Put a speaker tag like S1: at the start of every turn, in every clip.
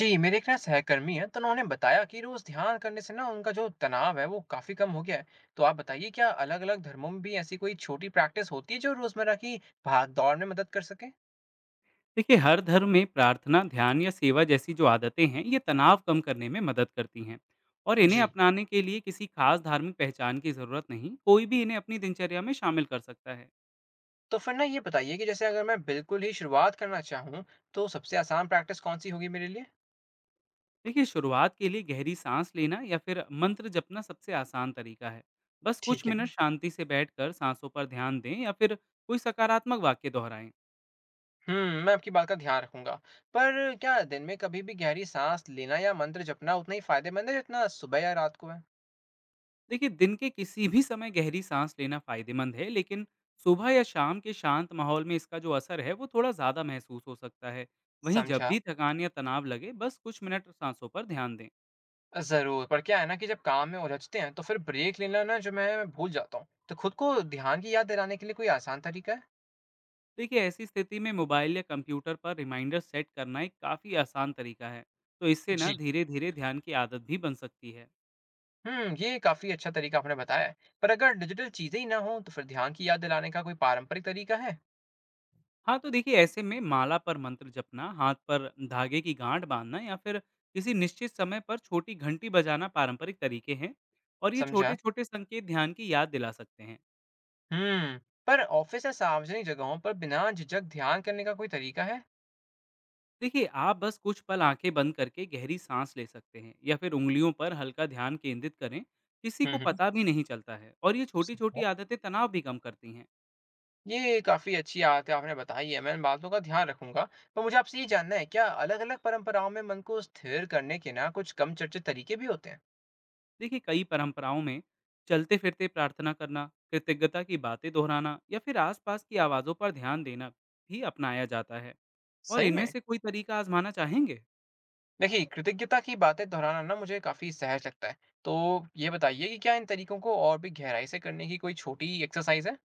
S1: जी, मेरे एक ना सहकर्मी है, तो उन्होंने बताया कि रोज ध्यान करने से ना उनका जो तनाव है वो काफी कम हो गया है। तो आप बताइए, क्या अलग अलग धर्मों में भी ऐसी कोई छोटी प्रैक्टिस होती है जो रोजमर्रा की भाग दौड़ में मदद कर सके।
S2: देखिए, हर धर्म में प्रार्थना, ध्यान या सेवा जैसी जो आदतें हैं ये तनाव कम करने में मदद करती हैं। और इन्हें
S1: जी।
S2: अपनाने के लिए किसी खास धार्मिक पहचान की ज़रूरत नहीं, कोई भी इन्हें अपनी दिनचर्या में शामिल कर सकता है।
S1: तो फिर ना ये बताइए कि जैसे अगर मैं बिल्कुल ही शुरुआत करना चाहूँ, तो सबसे आसान प्रैक्टिस कौन सी होगी मेरे लिए।
S2: देखिए, शुरुआत के लिए गहरी सांस लेना या फिर मंत्र जपना सबसे आसान तरीका है। बस कुछ
S1: ठीक है।
S2: मिनट शांति से बैठकर सांसों पर ध्यान दें या फिर कोई सकारात्मक वाक्य दोहराएं।
S1: हम्म, मैं आपकी बात का ध्यान रखूंगा। पर क्या दिन में कभी भी गहरी सांस लेना या मंत्र जपना उतना ही फायदेमंद है जितना सुबह या रात को है?
S2: देखिए, दिन के किसी भी समय गहरी सांस लेना फायदेमंद है, लेकिन सुबह या शाम के शांत माहौल में इसका जो असर है वो थोड़ा ज़्यादा महसूस हो सकता है। वहीं जब
S1: समझा।
S2: भी थकान या तनाव लगे, बस कुछ मिनट सांसों पर ध्यान दें।
S1: ज़रूर, पर क्या है ना कि जब काम में उलझते हैं तो फिर ब्रेक लेना ना जो मैं भूल जाता हूँ। तो खुद को ध्यान की याद दिलाने के लिए कोई आसान तरीका है?
S2: देखिए, ऐसी स्थिति में मोबाइल या कंप्यूटर पर रिमाइंडर सेट करना एक काफ़ी आसान तरीका है। तो इससे ना
S1: जी।
S2: धीरे धीरे ध्यान की आदत भी बन सकती है।
S1: हुँ, ये काफ़ी अच्छा तरीका आपने बताया है। पर अगर डिजिटल चीज़ें ही ना हों तो फिर ध्यान की याद दिलाने का कोई पारंपरिक तरीका है?
S2: हाँ, तो देखिए, ऐसे में माला पर मंत्र जपना, हाथ पर धागे की गांठ बाँधना या फिर किसी निश्चित समय पर छोटी घंटी बजाना पारंपरिक तरीके हैं। और ये
S1: समझा।
S2: छोटे-छोटे संकेत ध्यान की याद दिला सकते हैं।
S1: हुँ, पर ऑफ़िस या सार्वजनिक जगहों पर बिना झिझक ध्यान करने का कोई तरीका है?
S2: देखिए, आप बस कुछ पल आंखें बंद करके गहरी सांस ले सकते हैं या फिर उंगलियों पर हल्का ध्यान केंद्रित करें, किसी
S1: हुँ,
S2: को
S1: हुँ।
S2: पता भी नहीं चलता है। और ये
S1: समझा।
S2: छोटी-छोटी आदतें तनाव भी कम करती हैं।
S1: ये काफ़ी अच्छी आदतें आपने बताई है, मैं इन बातों का ध्यान रखूँगा। पर मुझे आपसे ये जानना है, क्या अलग-अलग परंपराओं में मन को स्थिर करने के ना कुछ कम चर्चित तरीके भी होते हैं?
S2: देखिए, कई परंपराओं में चलते-फिरते प्रार्थना करना, कृतज्ञता की बातें दोहराना या फिर आसपास की आवाज़ों पर ध्यान देना भी अपनाया जाता है। और
S1: सही
S2: इनमें
S1: में?
S2: से कोई तरीका आजमाना चाहेंगे?
S1: देखिए, कृतज्ञता की बातें दोहराना ना मुझे काफ़ी सहज लगता है। तो ये बताइए कि क्या इन तरीकों को और भी गहराई से करने की कोई छोटी एक्सरसाइज़ है?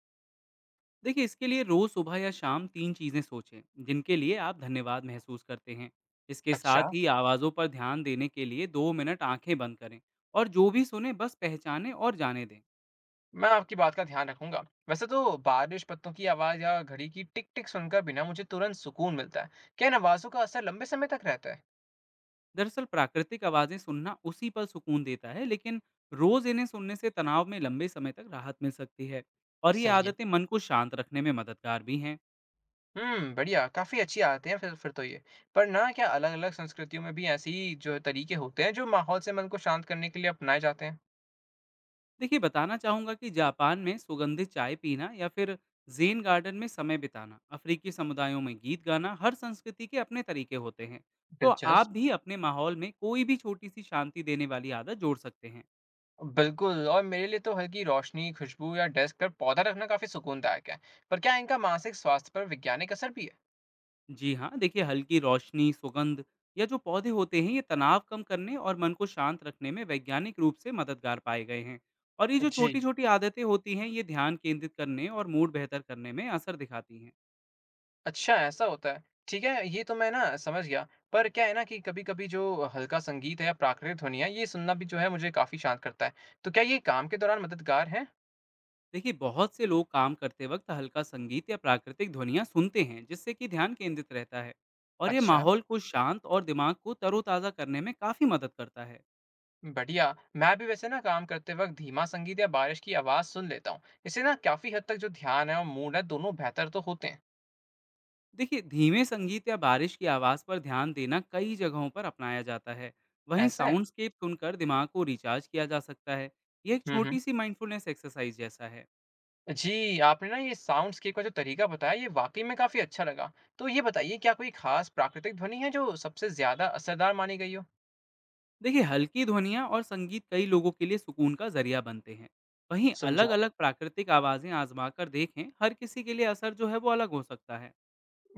S2: देखिए, इसके लिए रोज़ सुबह या शाम 3 चीज़ें सोचें, जिनके लिए आप धन्यवाद महसूस करते हैं। इसके
S1: अच्छा,
S2: साथ ही आवाज़ों पर ध्यान देने के लिए 2 मिनट आंखें बंद करें और जो भी सुने बस पहचानें और जाने दें।
S1: मैं आपकी बात का ध्यान रखूँगा। वैसे तो बारिश, पत्तों की आवाज़ या घड़ी की टिक-टिक सुनकर भी ना मुझे तुरंत सुकून मिलता है। क्या इन आवाज़ों का असर लंबे समय तक रहता है?
S2: दरअसल प्राकृतिक आवाज़ें सुनना उसी पल सुकून देता है, लेकिन रोज़ इन्हें सुनने से तनाव में लंबे समय तक राहत मिल सकती है। और ये
S1: सही है।
S2: आदतें मन को शांत रखने में मददगार भी हैं।
S1: हुँ, बढ़िया, काफ़ी अच्छी आदतें हैं फिर तो ये। पर ना क्या अलग-अलग संस्कृतियों में भी ऐसी जो तरीके होते हैं, जो माहौल से मन को शांत करने के लिए अपनाए जाते हैं?
S2: देखिए, बताना चाहूँगा कि जापान में सुगंधित चाय पीना या फिर जेन गार्डन में समय बिताना, अफ्रीकी समुदायों में गीत गाना, हर संस्कृति के अपने तरीके होते हैं। तो आप
S1: दिलचस्प।
S2: भी अपने माहौल में कोई भी छोटी सी शांति देने वाली आदत जोड़ सकते हैं।
S1: बिल्कुल, और मेरे लिए तो हल्की रोशनी, खुशबू या डेस्क पर पौधा रखना काफ़ी सुकूनदायक है। पर क्या इनका मानसिक स्वास्थ्य पर वैज्ञानिक असर भी है?
S2: जी हाँ, देखिए, हल्की रोशनी, सुगंध या जो पौधे होते हैं ये तनाव कम करने और मन को शांत रखने में वैज्ञानिक रूप से मददगार पाए गए हैं। और ये जो
S1: जी।
S2: छोटी छोटी आदतें होती हैं ये ध्यान केंद्रित करने और मूड बेहतर करने में असर दिखाती हैं।
S1: अच्छा, ऐसा होता है। ठीक है, ये तो मैं ना समझ गया। पर क्या है ना कि कभी-कभी जो हल्का संगीत है या प्राकृतिक ध्वनि है, ये सुनना भी जो है मुझे काफ़ी शांत करता है। तो क्या ये काम के दौरान मददगार है?
S2: देखिए, बहुत से लोग काम करते वक्त हल्का संगीत या प्राकृतिक ध्वनियाँ सुनते हैं, जिससे कि ध्यान केंद्रित रहता है। और ये
S1: अच्छा,
S2: माहौल को शांत और दिमाग को तरोताज़ा करने में काफ़ी मदद करता है।
S1: बढ़िया। मैं भी वैसे ना काम करते वक्त धीमा संगीत या बारिश की आवाज़ सुन लेता हूँ। इससे ना काफ़ी हद तक जो ध्यान है और मूड है, दोनों बेहतर तो होते हैं।
S2: देखिए, धीमे संगीत या बारिश की आवाज़ पर ध्यान देना कई जगहों पर अपनाया जाता है। वहीं
S1: ऐसा है?
S2: साउंडस्केप सुनकर दिमाग को रिचार्ज किया जा सकता है। ये एक
S1: हुँ, हुँ।
S2: छोटी सी माइंडफुलनेस एक्सरसाइज जैसा है।
S1: जी, आपने ना ये साउंडस्केप का जो तरीका बताया ये वाक़ई में काफ़ी अच्छा लगा। तो ये बताइए, क्या कोई ख़ास प्राकृतिक ध्वनि है जो सबसे ज़्यादा असरदार मानी गई हो?
S2: देखिए, हल्की ध्वनियाँ और संगीत कई लोगों के लिए सुकून का जरिया बनते हैं। वहीं अलग
S1: समझा।
S2: अलग प्राकृतिक आवाज़ें आजमा कर देखें, हर किसी के लिए असर जो है वो अलग हो सकता है।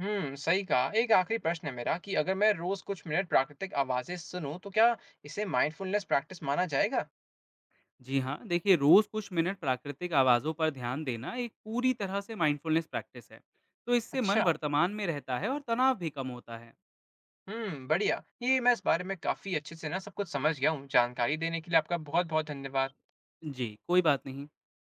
S1: हुँ, सही कहा। एक आख़िरी प्रश्न है मेरा कि अगर मैं रोज़ कुछ मिनट प्राकृतिक आवाज़ें सुनूँ तो क्या इसे माइंडफुलनेस प्रैक्टिस माना जाएगा?
S2: जी हाँ, देखिए, रोज़ कुछ मिनट प्राकृतिक आवाज़ों पर ध्यान देना एक पूरी तरह से माइंडफुलनेस प्रैक्टिस है। तो इससे मन
S1: अच्छा,
S2: वर्तमान में रहता है और तनाव भी कम होता है।
S1: हुँ, बढ़िया। ये मैं इस बारे में काफ़ी अच्छे से ना सब कुछ समझ गया हूँ। जानकारी देने के लिए आपका बहुत-बहुत धन्यवाद।
S2: जी, कोई बात नहीं।